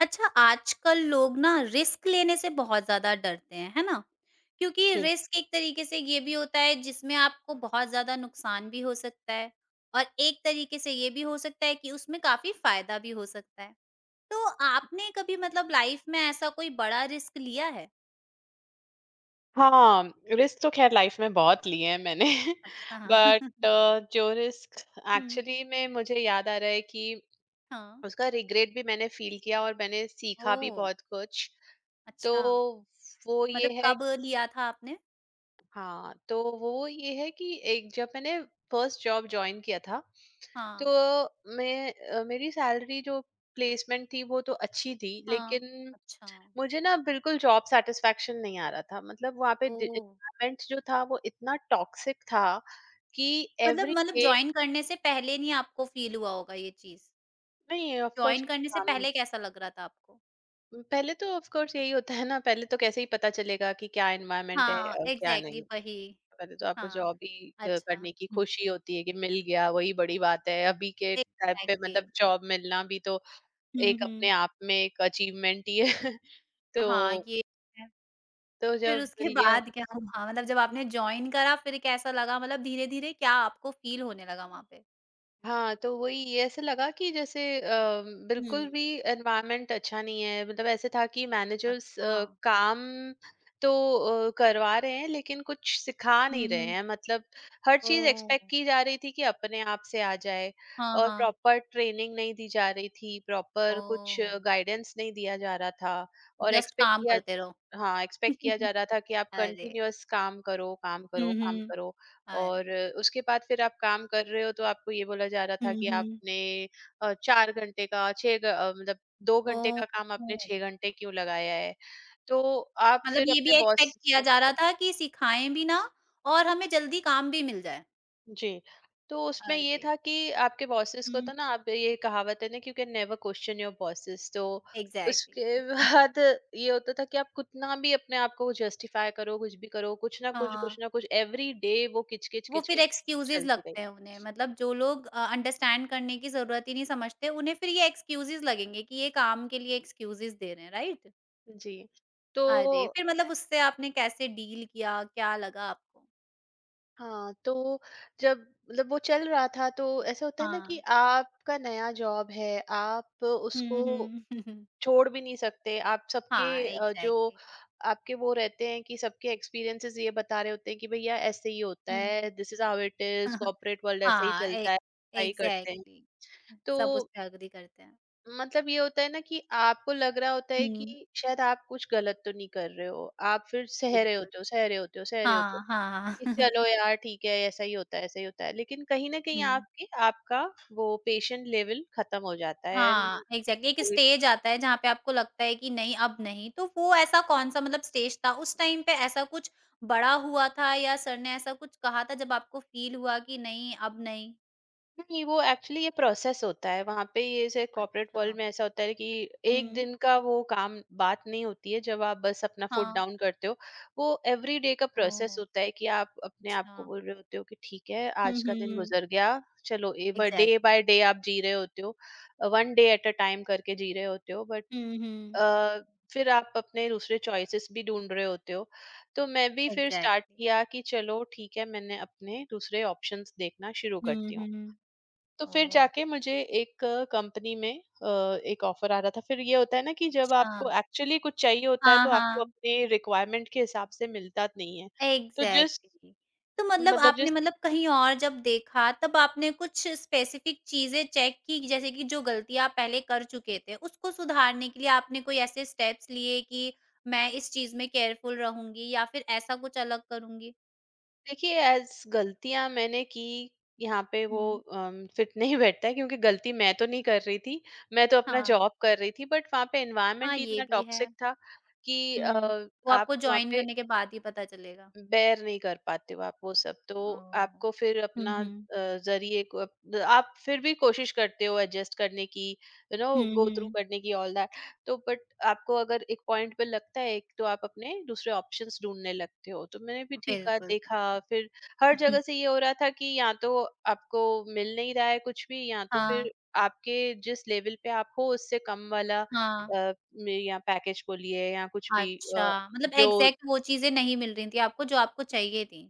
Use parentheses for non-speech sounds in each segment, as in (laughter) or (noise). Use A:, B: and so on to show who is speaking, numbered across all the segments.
A: अच्छा, आजकल लोग ना रिस्क लेने से बहुत ज़्यादा डरते हैं, है ना? क्योंकि
B: जी।
A: रिस्क एक तरीके से ये भी होता है जिसमें आपको बहुत ज़्यादा नुकसान भी हो सकता है और एक तरीके से ये भी हो सकता है कि उसमें काफ़ी फ़ायदा भी हो सकता है। तो आपने कभी मतलब लाइफ़ में ऐसा कोई बड़ा रिस्क लिया है?
B: हाँ, रिस्क तो ख़ैर लाइफ़ में बहुत लिए हैं मैंने। (laughs)
A: अच्छा।
B: बट
A: (laughs)
B: जो रिस्क
A: हुँ,
B: एक्चुअली में मुझे याद आ रहा है कि
A: हाँ।
B: उसका रिग्रेट भी मैंने फ़ील किया और मैंने सीखा भी
A: ओह!
B: बहुत कुछ। तो
A: अच्छा,
B: वो ये
A: मतलब
B: है।
A: कब लिया था आपने?
B: हाँ, तो वो ये है कि एक जब मैंने फर्स्ट जॉब जॉइन किया था, तो
A: हाँ,
B: मेरी सैलरी जो प्लेसमेंट थी वो तो अच्छी थी,
A: हाँ।
B: लेकिन
A: अच्छा,
B: मुझे ना बिल्कुल जॉब सैटिस्फैक्शन नहीं आ रहा था। मतलब वहाँ पे
A: ओह!
B: एनवायरनमेंट जो था वो इतना टॉक्सिक था कि
A: मतलब
B: एवरी
A: मतलब
B: डे।
A: जॉइन करने से पहले नहीं आपको फ़ील हुआ होगा ये चीज़?
B: नहीं, ऑफ कोर्स
A: जॉइन करने से पहले कैसा लग रहा था आपको?
B: पहले तो ऑफ कोर्स यही होता है ना, पहले तो कैसे ही पता चलेगा कि क्या एनवायरनमेंट है
A: हाँ,
B: और क्या
A: एग्ज़ैक्टली
B: नहीं।
A: वही।
B: पहले तो आपको
A: हाँ,
B: जॉब ही
A: अच्छा।
B: करने की खुशी होती है कि मिल गया, वही बड़ी बात है। अभी के टाइम पे
A: एग्ज़ैक्टली।
B: मतलब जॉब मिलना भी तो
A: हुँ,
B: एक अपने
A: हुँ।
B: आप में एक अचीवमेंट ही है। (laughs) तो
A: हाँ, ये है।
B: तो
A: फिर
B: जब
A: उसके
B: मिल गया।
A: बाद क्या हुआ? मतलब जब आपने जॉइन करा फिर कैसा लगा? मतलब धीरे-धीरे क्या आपको फ़ील होने लगा वहाँ पे?
B: हाँ, तो वही ये ऐसे लगा कि
A: हुँ,
B: बिल्कुल भी एनवायरनमेंट अच्छा नहीं है। मतलब ऐसे था कि मैनेजर्स
A: अच्छा।
B: अ, काम तो करवा रहे हैं, लेकिन कुछ सिखा
A: हुँ,
B: नहीं रहे
A: हुँ।
B: हैं। मतलब हर चीज़
A: ओह!
B: एक्सपेक्ट की जा रही थी कि अपने आप से आ जाए,
A: हाँ,
B: और
A: हाँ।
B: प्रॉपर ट्रेनिंग नहीं दी जा रही थी, प्रॉपर कुछ
A: ओह!
B: गाइडेंस नहीं दिया जा रहा था, और
A: जस्ट
B: एक्सपेक्ट
A: काम
B: किया।
A: करते रहो।
B: हाँ, एक्सपेक्ट किया जा
A: (laughs)
B: रहा था कि आप
A: अरे!
B: कंटिन्यूअस काम करो, काम करो,
A: हुँ,
B: काम
A: हुँ।
B: करो।
A: अरे!
B: और उसके बाद फिर आप काम कर रहे हो तो आपको ये बोला जा रहा था
A: हुँ,
B: कि
A: हुँ।
B: आपने 4 घंटे का 6 घ अ, मतलब 2 घंटे
A: ओह!
B: का काम आपने 6 घंटे क्यों लगाया है? तो आप
A: मतलब
B: फिर
A: ये भी
B: अपने
A: एक्सपेक्ट
B: बॉसेस
A: किया
B: को।
A: जा रहा था कि सिखाएँ भी ना और हमें जल्दी काम भी मिल जाए।
B: जी, तो उसमें ये
A: अरे!
B: था कि आपके बॉसेस को तो
A: हुँ,
B: ना, आप, ये कहावत है ना कि you can never question your bosses. तो
A: एग्ज़ैक्टली।
B: उसके
A: (laughs)
B: (laughs) बाद ये होता था कि आप कितना भी अपने आप को जस्टिफाई करो, कुछ भी करो, कुछ
A: हाँ,
B: ना कुछ एवरी डे, वो किच-किच,
A: वो फिर
B: किच-किच
A: एक्सक्यूज़ेज़
B: चलती रही।
A: लगते हैं उन्हें मतलब जो लोग अंडरस्टैंड करने की ज़रूरत ही नहीं समझते, उन्हें फिर ये एक्सक्यूज़ेज़ लगेंगे कि ये काम के लिए एक्सक्यूज़ेज़ दे रहे हैं, राइट?
B: जी, तो
A: अरे! फिर मतलब उससे आपने कैसे डील किया? क्या लगा आपको?
B: हाँ, तो जब, मतलब वो चल रहा था, तो ऐसा होता है ना कि
A: हाँ।
B: आपका नया जॉब है, आप उसको
A: हुँ, हुँ। (laughs)
B: छोड़ भी नहीं सकते। आप सबके
A: हाँ,
B: जो
A: एग्ज़ैक्टली।
B: आपके वो रहते हैं कि सबके एक्सपीरियंसेस ये बता रहे होते हैं कि भैया ऐसे ही होता
A: हुँ।
B: है, this is how it is,
A: (laughs)
B: corporate world ऐसे ही
A: हाँ, ए
B: चलता है, ऐसा ही करते हैं।
A: एग्ज़ैक्टली
B: तो
A: सब उस पे एग्री करते हैं।
B: मतलब ये होता है ना कि आपको लग रहा होता है कि
A: हुँ।
B: शायद आप कुछ गलत तो नहीं कर रहे हो। आप फिर सह रहे
A: बिल्कुल,
B: होते हो, सह रहे होते हो, सह रहे होते हो।
A: हाँ, हाँ।
B: कि
A: (laughs)
B: चलो यार ठीक है, ऐसा ही होता है, ऐसा ही होता है, लेकिन कहीं ना कहीं
A: हुँ।
B: आपके, आपका वो पेशेंट लेवल खत्म हो जाता है, एंड
A: हाँ, एग्ज़ैक्टली एक स्टेज आता है जहाँ पे आपको लगता है कि नहीं अब नहीं, तो वो ऐसा कौन-सा मतलब स्टेज था? उस टाइम पे ऐसा कुछ बड़ा हुआ था या सर ने ऐसा कुछ कहा था जब आपको फ़ील हुआ कि नहीं अब नहीं?
B: नहीं। वो एक्चुअली ये प्रोसेस होता है वहां पे, ये जैसे कॉर्पोरेट वर्ल्ड
A: अच्छा।
B: में ऐसा होता है कि एक
A: हुँ।
B: दिन का वो काम, बात नहीं होती है जब आप बस अपना फुट
A: हाँ,
B: डाउन करते हो। वो एवरी डे का प्रोसेस
A: ओह!
B: होता है कि आप अपने आप
A: अच्छा।
B: को बोल रहे होते हो कि ठीक है,
A: हुँ,
B: आज का दिन
A: हुँ।
B: गुजर गया, चलो। Day
A: exactly.
B: बाय डे आप जी रहे होते हो, one day at a time करके जी रहे होते हो। बट
A: हुँ, हुँ।
B: अ, फिर आप अपने दूसरे चॉइसेस भी ढूंढ रहे होते हो। तो मैं भी फिर स्टार्ट
A: एग्ज़ैक्टली।
B: किया कि चलो ठीक है, मैंने अपने दूसरे ऑप्शंस देखना शुरू
A: हुँ,
B: करती हूँ।
A: हुँ।
B: तो फिर
A: ओह!
B: जाके मुझे एक कंपनी में अ, एक ऑफर आ रहा था। फिर ये होता है ना कि जब
A: अच्छा।
B: आपको एक्चुअली कुछ चाहिए होता है,
A: हाँ,
B: तो आपको
A: हाँ,
B: अपने रिक्वायरमेंट के हिसाब से मिलता नहीं है। तो जिस
A: एग्ज़ैक्टली। तो मतलब
B: मतलब जिस
A: आपने मतलब कहीं और जब देखा तब आपने कुछ स्पेसिफ़िक चीज़ें चेक की जैसे कि जो गलतियाँ आप पहले कर चुके थे, उसको सुधारने के लिए आपने कोई ऐसे स्टेप्स लिए कि मैं इस चीज़ में केयरफुल रहूँगी या फिर ऐसा कुछ अलग करूँगी?
B: देखिए, एज़ गलतियाँ मैंने की, यहाँ पे वो
A: हुँ,
B: फिट नहीं बैठता है, क्योंकि गलती मैं तो नहीं कर रही थी। मैं तो अपना
A: हाँ।
B: जॉब कर रही थी, बट वहाँ पे एनवायरनमेंट
A: हाँ,
B: ही
A: ये
B: इतना
A: भी है।
B: टॉक्सिक था कि
A: हुँ, वो
B: आप
A: आपको
B: वहाँ
A: जॉइन
B: पे
A: करने के बाद ही पता चलेगा।
B: बेर नहीं कर पाते हो, आप वो सब। तो
A: ओह!
B: आपको फिर
A: हुँ,
B: अपना
A: हुँ।
B: आप फिर भी कोशिश करते हो एडजस्ट करने की, you know,
A: hmm,
B: go through
A: hmm.
B: करने की, ऑल दैट। तो बट आपको अगर एक पॉइंट पे लगता है एक, तो आप अपने दूसरे ऑप्शंस ढूंढने लगते हो। तो मैंने भी ठीक है
A: बिल्कुल।
B: देखा।
A: बिल्कुल।
B: फिर हर जगह
A: (laughs)
B: से ये हो रहा था कि या तो आपको मिल नहीं रहा है कुछ भी, या तो
A: हाँ,
B: फिर आपके, जिस लेवल पे आप हो उससे कम वाला
A: हाँ।
B: या पैकेज बोलिए, या कुछ भी
A: अच्छा,
B: अ,
A: मतलब
B: जो,
A: एग्ज़ैक्ट वो चीज़ें नहीं मिल रही थी आपको जो आपको चाहिए थी।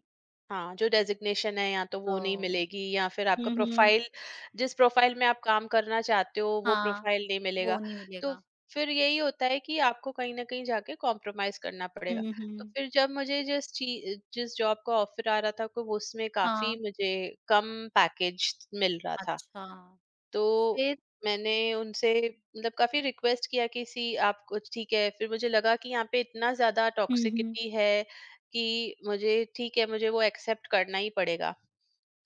B: हाँ, जो डेज़िग्नेशन है या तो वो नहीं
A: ओह!
B: मिलेगी, या फिर आपका
A: हुँ, हुँ।
B: प्रोफ़ाइल, जिस प्रोफ़ाइल में आप काम करना चाहते हो वो
A: हाँ,
B: प्रोफ़ाइल नहीं
A: वो
B: मिलेगा।
A: नहीं
B: तो
A: मिलेगा।
B: फिर यही होता है कि आपको कहीं न कहीं जाके कॉम्प्रोमाइज़ करना पड़ेगा।
A: हुँ,
B: तो
A: हुँ।
B: फिर जब मुझे जिस जॉब का ऑफ़र आ रहा था, को उसमें
A: हाँ,
B: काफ़ी मुझे कम पैकेज मिल रहा था।
A: अच्छा,
B: तो
A: फिर?
B: मैंने उनसे, मतलब काफ़ी रिक्वेस्ट किया कि सी आप कुछ ठीक है। फिर मुझे लगा कि यहाँ पे इतना ज़्यादा
A: हुँ, हुँ।
B: टॉक्सिसिटी है कि मुझे ठीक है, मुझे वो एक्सेप्ट करना ही पड़ेगा।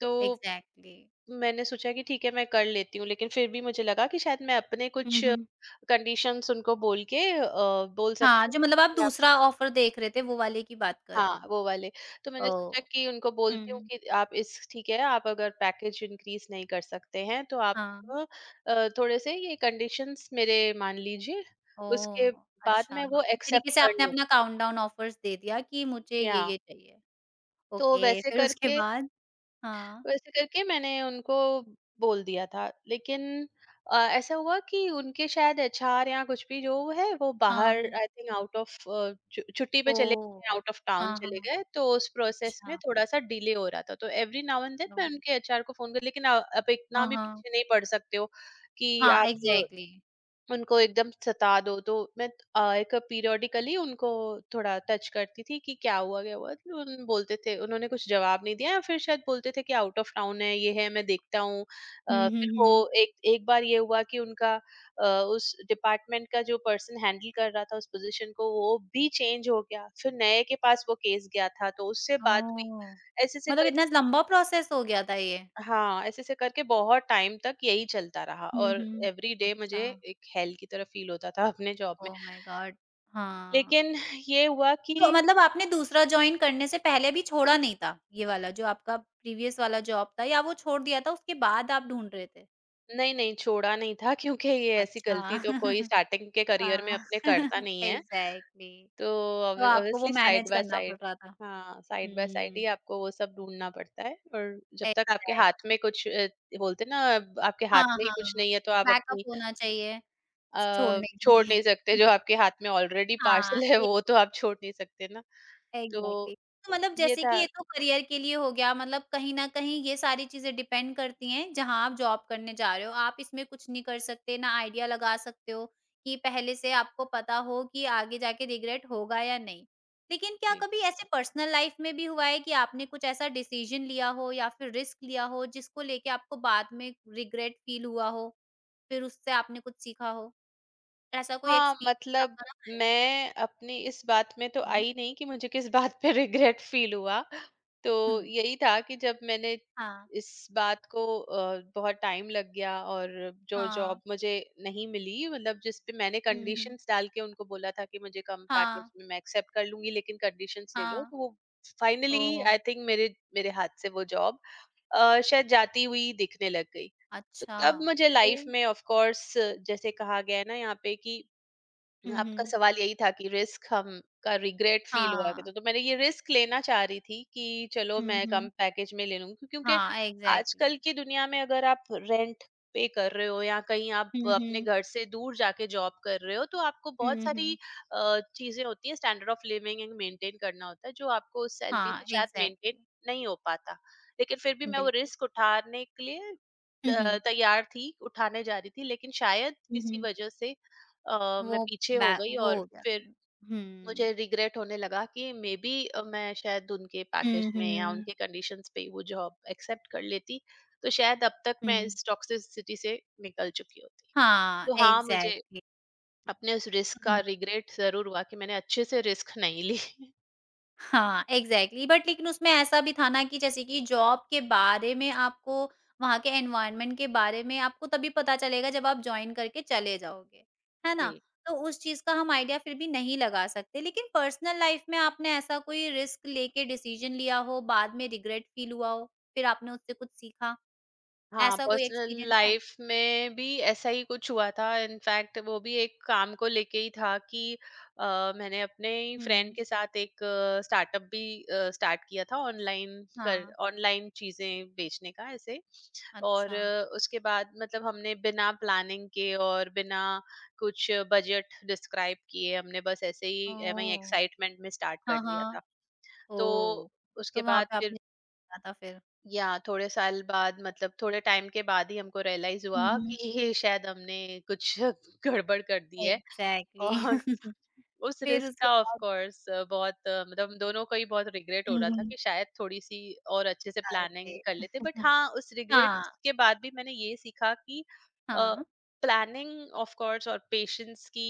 B: तो
A: एग्ज़ैक्टली।
B: मैंने सोचा कि ठीक है मैं कर लेती हूँ, लेकिन फिर भी मुझे लगा कि शायद मैं अपने
A: हुँ,
B: कुछ
A: हुँ।
B: कंडीशंस उनको बोल
A: हाँ,
B: सकती हूँ।
A: जो मतलब आप दूसरा ऑफ़र देख रहे थे वो वाले की बात कर रहे हो?
B: हाँ, वो वाले। तो मैंने सोचा
A: ओह!
B: कि उनको बोलती हूँ
A: हुँ।
B: कि आप इस ठीक है, आप अगर पैकेज इंक्रीज़ नहीं कर सकते हैं, तो आप
A: हाँ,
B: थोड़े-से ये कंडीशंस मेरे मान लीजिए, उसके
A: ओह!
B: बाद
A: अच्छा,
B: मैं वो
A: एक तरीके
B: एक्सेप्ट
A: से
B: कर
A: आपने अपना
B: लूँगी।
A: काउंटडाउन ऑफ़र्स दे दिया कि मुझे
B: या,
A: ये चाहिए।
B: तो
A: ओके,
B: वैसे
A: फिर उसके
B: करके
A: बाद? हाँ,
B: वैसे करके मैंने उनको बोल दिया था, लेकिन ऐसा हुआ कि उनके शायद एचआर या कुछ भी जो है वो
A: हाँ,
B: बाहर,
A: हाँ।
B: आई थिंक आउट ऑफ छुट्टी पे चले गए,
A: ओह!
B: आउट ऑफ टाउन
A: हाँ,
B: चले
A: हाँ।
B: गए, तो उस प्रोसेस में
A: अच्छा,
B: थोड़ा सा डिले हो रहा था। तो एवरी नाउ एंड देन मैं
A: ओह!
B: उनके एचआर को फोन कर, लेकिन आप इतना
A: हाँ,
B: भी
A: हाँ।
B: पीछे नहीं पड़ सकते हो कि
A: हाँ,
B: आप
A: एग्ज़ैक्टली।
B: उनको एकदम सता दो। तो मैं अ, एक पीरियोडिकली उनको थोड़ा टच करती थी कि क्या हुआ क्या हुआ, तो उन बोलते थे, उन्होंने कुछ जवाब नहीं दिया या फिर शायद बोलते थे कि आउट ऑफ टाउन है, ये है, मैं देखता हूँ।
A: हुँ, हुँ,
B: फिर वो
A: हुँ।
B: एक एक बार ये हुआ कि उनका उस डिपार्टमेंट का जो पर्सन हैंडल कर रहा था उस पोजीशन को, वो भी चेंज हो गया, फिर नए के पास वो केस गया था तो उससे बात हुई,
A: ओह!
B: ऐसे से।
A: मतलब इतना लंबा प्रोसेस हो गया था ये?
B: हाँ, ऐसे ऐसे करके बहुत टाइम तक यही चलता रहा।
A: हुँ,
B: और
A: हुँ।
B: एवरी डे मुझे
A: अच्छा,
B: एक हेल की तरह फील होता था (laughs) अपने जॉब में।
A: Oh my god! हाँ।
B: लेकिन ये हुआ कि
A: तो मतलब आपने दूसरा जॉइन करने से पहले भी छोड़ा नहीं था, ये वाला जो आपका प्रीवियस वाला जॉब था या वो छोड़ दिया था उसके बाद आप ढूँढ रहे थे?
B: नहीं, नहीं छोड़ा नहीं था, क्योंकि ये ऐसी
A: अच्छा।
B: गलती तो कोई
A: (laughs)
B: स्टार्टिंग के करियर में
A: हाँ,
B: अपने करता
A: (laughs)
B: नहीं है।
A: एग्ज़ैक्टली।
B: तो
A: तो आपको वो
B: ऑब्वियसली साइड
A: मैनेज
B: बाय
A: करना पड़
B: साइड,
A: रहा था।
B: हाँ साइड बाय साइड
A: हुँ,
B: ही आपको वो सब ढूंढना पड़ता है। और जब तक आपके
A: एग्ज़ैक्ट
B: हाथ में कुछ बोलते ना, अब आपके हाथ
A: हाँ,
B: में ही कुछ
A: हाँ।
B: नहीं है तो आप
A: बैकअप
B: अपनी
A: होना चाहिए। छोड़ने के
B: छोड़
A: लिए।
B: नहीं
A: (laughs)
B: सकते, जो आपके हाथ में ऑलरेडी
A: हाँ,
B: पार्सल है
A: ए
B: वो तो आप छोड़ नहीं सकते ना। तो
A: एग्ज़ैक्टली। तो मतलब
B: ये
A: जैसे कि
B: था।
A: ये तो करियर के लिए हो गया, मतलब कहीं न कहीं ये सारी चीज़ें डिपेंड करती हैं जहाँ आप जॉब करने जा रहे हो। आप इसमें कुछ नहीं कर सकते, ना आइडिया लगा सकते हो कि पहले से आपको पता हो कि आगे जाके रिग्रेट होगा या नहीं। लेकिन क्या
B: जी।
A: कभी ऐसे पर्सनल लाइफ़ में भी हुआ है कि आपने कुछ ऐसा डिसीज़न लिया हो या फिर रिस्क लिया हो, जिसको लेके आपको बाद में रिग्रेट फ़ील हुआ हो, फिर उससे आपने कुछ सीखा हो? ऐसा कोई
B: हाँ,
A: एक्सपीरियंस
B: मतलब
A: आपका रहा है?
B: मैं अपनी इस बात में तो आई नहीं कि मुझे किस (laughs) बात पे रिग्रेट फील हुआ। तो
A: हुँ।
B: यही था कि जब मैंने
A: हाँ,
B: इस बात को बहुत टाइम लग गया, और जो जॉब
A: हाँ।
B: मुझे नहीं मिली, मतलब जिस पे मैंने
A: हुँ, हुँ।
B: कंडीशंस डाल के उनको बोला था कि मुझे कम पैकेज
A: हाँ,
B: में मैं एक्सेप्ट कर लूँगी लेकिन कंडीशंस ले लो,
A: हाँ।
B: तो वो फाइनली,
A: ओह!
B: आई थिंक, मेरे मेरे हाथ से वो जॉब शायद जाती हुई दिखने लग गई। तो
A: अच्छा।
B: तब मुझे लाइफ
A: फिर?
B: में ऑफ कोर्स, जैसे कहा गया है ना यहाँ पे कि,
A: हुँ,
B: आपका
A: हुँ।
B: सवाल यही था कि रिस्क हम का रिग्रेट फील हुआ कि,
A: हाँ।
B: तो मैंने ये रिस्क लेना चाह रही थी कि चलो
A: हुँ,
B: मैं कम
A: हुँ।
B: पैकेज में ले लूंगी, क्योंकि
A: हाँ,
B: आजकल
A: एग्ज़ैक्टली।
B: की दुनिया में अगर आप रेंट पे कर रहे हो या कहीं आप
A: हुँ,
B: अपने
A: हुँ।
B: घर से दूर जाके जॉब कर रहे हो, तो आपको बहुत
A: हुँ,
B: सारी
A: हुँ।
B: चीजें होती है, standard of living and maintain करना होता है, जो आपको उस सैलरी से
A: हाँ,
B: शायद मेंटेन
A: एग्ज़ैक्टली।
B: नहीं हो पाता। लेकिन फिर भी मैं वो
A: बिल्कुल।
B: रिस्क उठाने के लिए
A: हुँ, हुँ।
B: तैयार थी, उठाने जा रही थी, लेकिन शायद
A: हुँ,
B: किसी
A: हुँ।
B: वजह से मैं
A: वो
B: पीछे
A: बै
B: हो गई,
A: वो
B: और
A: हो गया।
B: फिर
A: हुँ।
B: मुझे रिग्रेट होने लगा कि मे बी मैं शायद उनके पैकेज
A: हुँ,
B: में या
A: हुँ।
B: उनके कंडीशंस पे ही वो जॉब एक्सेप्ट कर लेती, तो शायद अब तक मैं
A: हुँ।
B: इस टॉक्सिसिटी से निकल चुकी होती।
A: हाँ,
B: तो हाँ, मुझे
A: एग्ज़ैक्टली।
B: अपने उस रिस्क
A: हुँ,
B: का
A: हुँ।
B: रिग्रेट जरूर हुआ कि मैंने अच्छे से रिस्क नहीं ली। (laughs)
A: हाँ, एग्ज़ैक्टली बट लेकिन उसमें ऐसा भी था ना कि जैसे कि जॉब के बारे में आपको वहाँ के एनवायरनमेंट के बारे में आपको तभी पता चलेगा जब आप जॉइन करके चले जाओगे, है ना?
B: जी।
A: तो उस चीज़ का हम आइडिया फिर भी नहीं लगा सकते। लेकिन पर्सनल लाइफ़ में आपने ऐसा कोई रिस्क लेके डिसीज़न लिया हो, बाद में रिग्रेट फ़ील हुआ हो, फिर आपने उससे कुछ सीखा?
B: हाँ,
A: ऐसा कोई
B: पर्सनल
A: एक्सपीरियंस है?
B: लाइफ में भी ऐसा ही कुछ हुआ था, इनफैक्ट वो भी एक काम को लेके ही था कि मैंने अपने ही फ्रेंड
A: हुँ।
B: के साथ एक स्टार्टअप भी स्टार्ट किया था, ऑनलाइन कर,
A: हाँ,
B: ऑनलाइन चीजें बेचने का, ऐसे। और
A: अच्छा।
B: उसके बाद मतलब हमने बिना प्लानिंग के और बिना कुछ बजट डिस्क्राइब किए हमने बस ऐसे ही वही
A: ओह!
B: एक्साइटमेंट में स्टार्ट कर
A: हाँ,
B: दिया था।
A: हाँ।
B: तो
A: ओह!
B: उसके
A: तो वहाँ
B: बाद
A: पे आपने
B: फिर,
A: सीखा था फिर।
B: या थोड़े साल बाद, मतलब थोड़े टाइम के बाद ही हमको रियलाइज
A: हुँ,
B: हुआ कि
A: हुँ।
B: (laughs) ये शायद हमने कुछ (laughs) गड़बड़ कर दी है।
A: एग्ज़ैक्टली
B: और
A: (laughs)
B: उस
A: फिर
B: रिस्क
A: उसके
B: का ऑफ
A: बाद
B: कोर्स बहुत मतलब हम दोनों को ही बहुत रिग्रेट हो
A: हुँ,
B: रहा था
A: हुँ।
B: कि शायद थोड़ी सी और अच्छे से प्लानिंग
A: अरे!
B: कर लेते। बट
A: (laughs)
B: हाँ, उस रिग्रेट
A: हाँ,
B: के बाद भी मैंने ये सीखा कि
A: हाँ।
B: प्लानिंग ऑफ कोर्स और पेशेंस की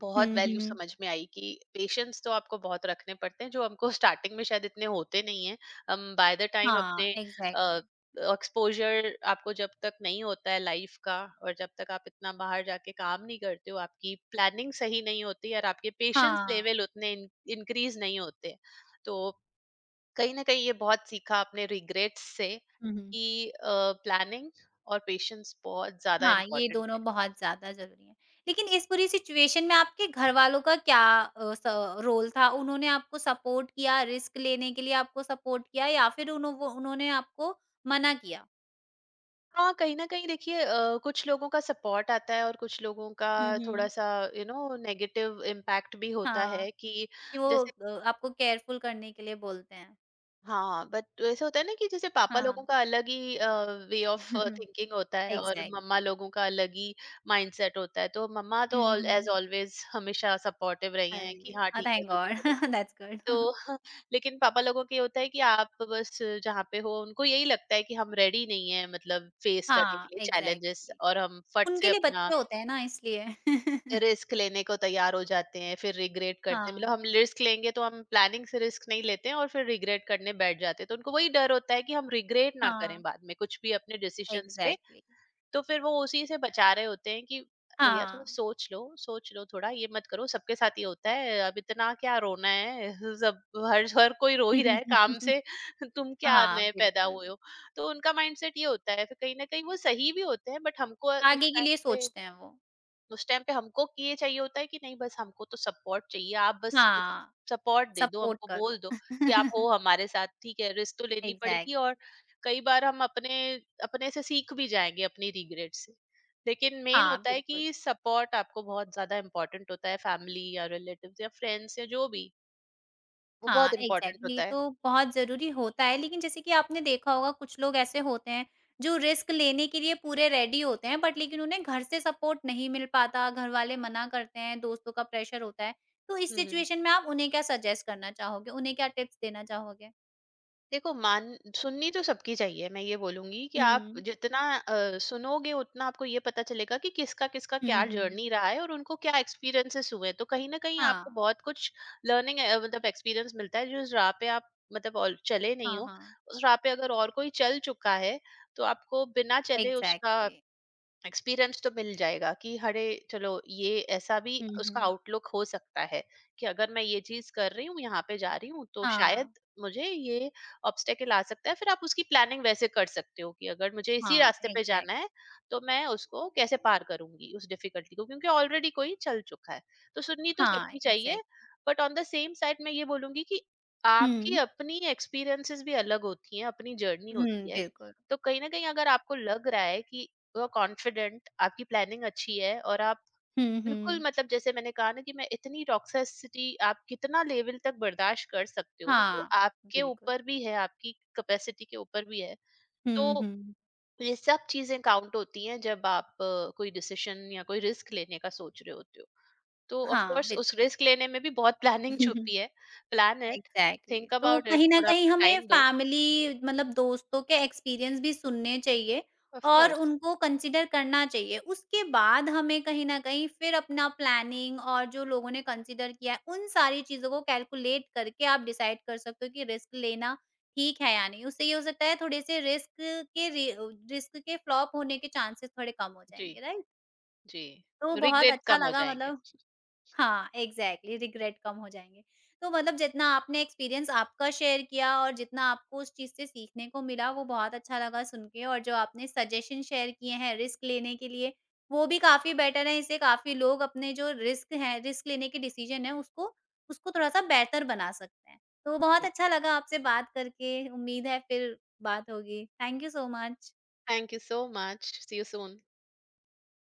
B: बहुत
A: हुँ,
B: वैल्यू
A: हुँ।
B: समझ में आई। कि पेशेंस तो आपको बहुत रखने पड़ते हैं, जो हमको (laughs) स्टार्टिंग में शायद इतने होते नहीं है। हम बाय द टाइम
A: हाँ,
B: अपने
A: एग्ज़ैक्टली
B: एक्सपोजर आपको जब तक नहीं होता है लाइफ का, और जब तक आप इतना बाहर जाके काम नहीं करते हो, आपकी प्लानिंग सही नहीं होती और आपके पेशेंस
A: हाँ।
B: लेवल उतने इंक्रीज नहीं होते हैं। तो कहीं ना कहीं ये बहुत सीखा आपने रिग्रेट्स से
A: हुँ, हुँ।
B: कि प्लानिंग और पेशेंस बहुत ज्यादा
A: हाँ, ये
B: इम्पोर्टेंट है।
A: दोनों बहुत ज़्यादा ज़रूरी हैं। लेकिन इस पूरी सिचुएशन में आपके घरवालों का क्या अ, स रोल था? उन्होंने आपको सपोर्ट किया, रिस्क लेने के लिए आपको सपोर्ट किया या फिर उन्हों वो उन्होंने आपको मना किया?
B: हाँ, कहीं न कहीं देखिए, कुछ लोगों का सपोर्ट आता है और कुछ लोगों का
A: हुँ, हुँ।
B: थोड़ा-सा यू नो नेगेटिव इम्पैक्ट भी होता
A: हाँ,
B: है कि
A: कि वो
B: जैसे
A: आपको केयरफुल करने के लिए बोलते हैं।
B: हाँ, बट ऐसा होता है ना कि जैसे पापा लोगों
A: हाँ।
B: का अलग ही वे ऑफ
A: (laughs)
B: थिंकिंग होता है, और
A: एग्ज़ैक्टली।
B: मम्मा लोगों का अलग ही माइंडसेट होता है। तो मम्मा तो
A: hmm,
B: all as
A: hmm.
B: Always हमेशा सपोर्टिव रही हैं कि
A: अरे!
B: हाँ, ठीक है,
A: थैंक
B: जो भी
A: गॉड
B: करो।
A: (laughs) दैट्स गुड (laughs)
B: तो (laughs) लेकिन पापा लोगों के ये होता है कि आप बस जहाँ पे हो, उनको यही लगता है कि हम रेडी नहीं हैं मतलब फेस करने के
A: हाँ,
B: लिए चैलेंजेस,
A: एग्ज़ैक्टली।
B: और हम फट से
A: उनके लिए
B: अपना
A: बच्चे होते हैं ना इसलिए। (laughs)
B: रिस्क लेने को तैयार हो जाते हैं फिर रिग्रेट करते हैं। मतलब
A: हाँ,
B: हम रिस्क लेंगे तो हम प्लानिंग से रिस्क नहीं लेते हैं और फिर रिग्रेट करने बैठ जाते हैं। तो उनको वही डर होता है कि हम रिग्रेट ना करें
A: हाँ,
B: बाद में कुछ भी अपने डिसीजंस पे।
A: एग्ज़ैक्टली।
B: तो फिर वो उसी से बचा रहे होते हैं कि भैया थोड़ा
A: हाँ।
B: सोच लो, सोच लो थोड़ा, ये मत करो, सबके साथ ये होता है, अब इतना क्या रोना है। (laughs) सब हर हर कोई रो ही रहा है काम से।
A: (laughs)
B: (laughs) तुम क्या
A: हाँ,
B: नए पैदा
A: बिल्कुल।
B: हुए हो। तो उनका माइंडसेट ये होता है, फिर कहीं ना कहीं वो सही भी होते हैं, बट हमको
A: आगे के लिए सोचते हैं वो।
B: उस टाइम पे हमको कि ये चाहिए होता है कि नहीं, बस हमको तो सपोर्ट चाहिए, आप बस मतलब
A: हाँ,
B: सपोर्ट दे दो,
A: सपोर्ट
B: हमको बोल
A: करो।
B: दो कि आप हो
A: (laughs)
B: हमारे साथ, ठीक है, रिस्क तो लेनी पड़ेगी। और
A: एग्ज़ैक्टली।
B: कई बार हम अपने अपने से सीख भी जाएंगे अपनी रिग्रेट से। लेकिन मेन
A: हाँ,
B: होता है
A: बिल्कुल।
B: कि सपोर्ट आपको बहुत ज्यादा इम्पोर्टेंट होता है, फैमिली या रिलेटिव्स या फ्रेंड्स या जो भी, वो
A: हाँ,
B: बहुत इम्पोर्टेंट
A: एग्ज़ैक्टली
B: होता है।
A: तो बहुत ज़रूरी होता है, लेकिन जैसे कि आपने देखा होगा कुछ लोग ऐसे होते हैं, जो रिस्क लेने के लिए पूरे रेडी होते हैं बट लेकिन उन्हें घर से सपोर्ट नहीं मिल पाता, घर वाले मना करते हैं, दोस्तों का प्रेशर होता है। तो इस
B: हम्म,
A: सिचुएशन में आप उन्हें क्या सजेस्ट करना चाहोगे? उन्हें क्या टिप्स देना चाहोगे?
B: देखो, मान सुननी तो सबकी चाहिए। मैं ये बोलूंगी कि आप
A: हुँ।
B: जितना सुनोगे उतना आपको ये पता चलेगा कि किसका किसका क्या
A: हुँ, हुँ।
B: जर्नी रहा है और उनको क्या एक्सपीरियंसेस हुए हैं। तो कहीं ना कहीं आपको
A: हाँ।
B: बहुत कुछ लर्निंग मतलब एक्सपीरियंस मिलता है, जो उस राह पे आप मतलब और चले नहीं
A: हाँ,
B: हो।
A: हाँ।
B: उस राह पे अगर और कोई चल चुका है तो आपको बिना चले उसका
A: एग्ज़ैक्टली।
B: एक्सपीरियंस तो मिल जाएगा कि अरे चलो, ये ऐसा भी
A: हुँ,
B: उसका
A: हुँ।
B: आउटलुक हो सकता है कि अगर मैं ये चीज कर रही हूँ, यहाँ पे जा रही हूँ, तो शायद
A: हाँ,
B: मुझे ये ऑब्स्टेकल आ सकता है। फिर आप उसकी प्लानिंग वैसे कर सकते हो कि अगर मुझे इसी
A: हाँ,
B: रास्ते पे
A: एग्ज़ैक्ट
B: जाना है तो मैं उसको कैसे पार करूंगी, उस डिफिकल्टी को, क्योंकि ऑलरेडी कोई चल चुका है। तो सुननी तो
A: हाँ,
B: सबकी चाहिए,
A: exact
B: but on the same side मैं ये बोलूंगी कि आपकी
A: हुँ।
B: अपनी एक्सपीरियंसेस भी अलग होती हैं, अपनी जर्नी
A: हुँ,
B: होती है।
A: बिल्कुल।
B: तो कहीं ना कहीं अगर आपको लग रहा है कि यू आर कॉन्फिडेंट, आपकी प्लानिंग अच्छी है, और आप
A: हुँ,
B: बिल्कुल
A: हुँ।
B: मतलब जैसे मैंने कहा ना कि मैं इतनी टॉक्सिसिटी आप कितना लेवल तक बर्दाश्त कर सकते हो वो
A: हाँ,
B: आपके
A: बिल्कुल।
B: ऊपर भी है, आपकी कैपेसिटी के ऊपर भी है। तो
A: हुँ, हुँ।
B: ये सब चीजें काउंट होती हैं जब आप कोई डिसीजन या कोई रिस्क लेने का सोच रहे होते हो। तो ऑफ
A: हाँ,
B: कोर्स उस
A: बिल्कुल।
B: रिस्क लेने में भी बहुत प्लानिंग छुपी है।
A: (laughs)
B: प्लान इट,
A: एग्ज़ैक्टली
B: थिंक
A: तो
B: अबाउट इट,
A: कहीं न
B: थोड़ा
A: कहीं
B: अपना
A: हमें
B: टाइम दो।
A: फैमिली मतलब दोस्तों के एक्सपीरियंस भी सुनने चाहिए
B: ऑफ
A: और
B: कोर्स।
A: उनको कंसिडर करना चाहिए। उसके बाद हमें कहीं न कहीं फिर अपना प्लानिंग और जो लोगों ने कंसिडर किया है, उन सारी चीज़ों को कैलकुलेट करके आप डिसाइड कर सकते हो कि रिस्क लेना ठीक है या नहीं। उससे ये हो सकता है थोड़े से रिस्क के रि रिस्क के फ्लॉप होने के चांसेस थोड़े कम हो
B: जी,
A: जाएँगे, राइट?
B: जी,
A: तो बहुत
B: रिग्रेट
A: अच्छा
B: कम हो
A: लगा
B: जाएंगे।
A: मतलब हाँ, एग्ज़ैक्टली रिग्रेट कम हो जाएँगे। तो मतलब जितना आपने एक्सपीरियंस आपका शेयर किया और जितना आपको उस चीज़ से सीखने को मिला वो बहुत अच्छा लगा सुन के और जो आपने सजेशन शेयर किए हैं रिस्क लेने के लिए, वो भी काफ़ी बेटर है। इससे काफ़ी लोग अपने जो रिस्क हैं, रिस्क लेने के डिसीज़न है उसको उसको थोड़ा-सा बेहतर बना सकते हैं। तो बहुत
B: ठीक।
A: अच्छा लगा आपसे बात करके, उम्मीद है फिर बात होगी। Thank you so much.
B: Thank you so much, see you soon.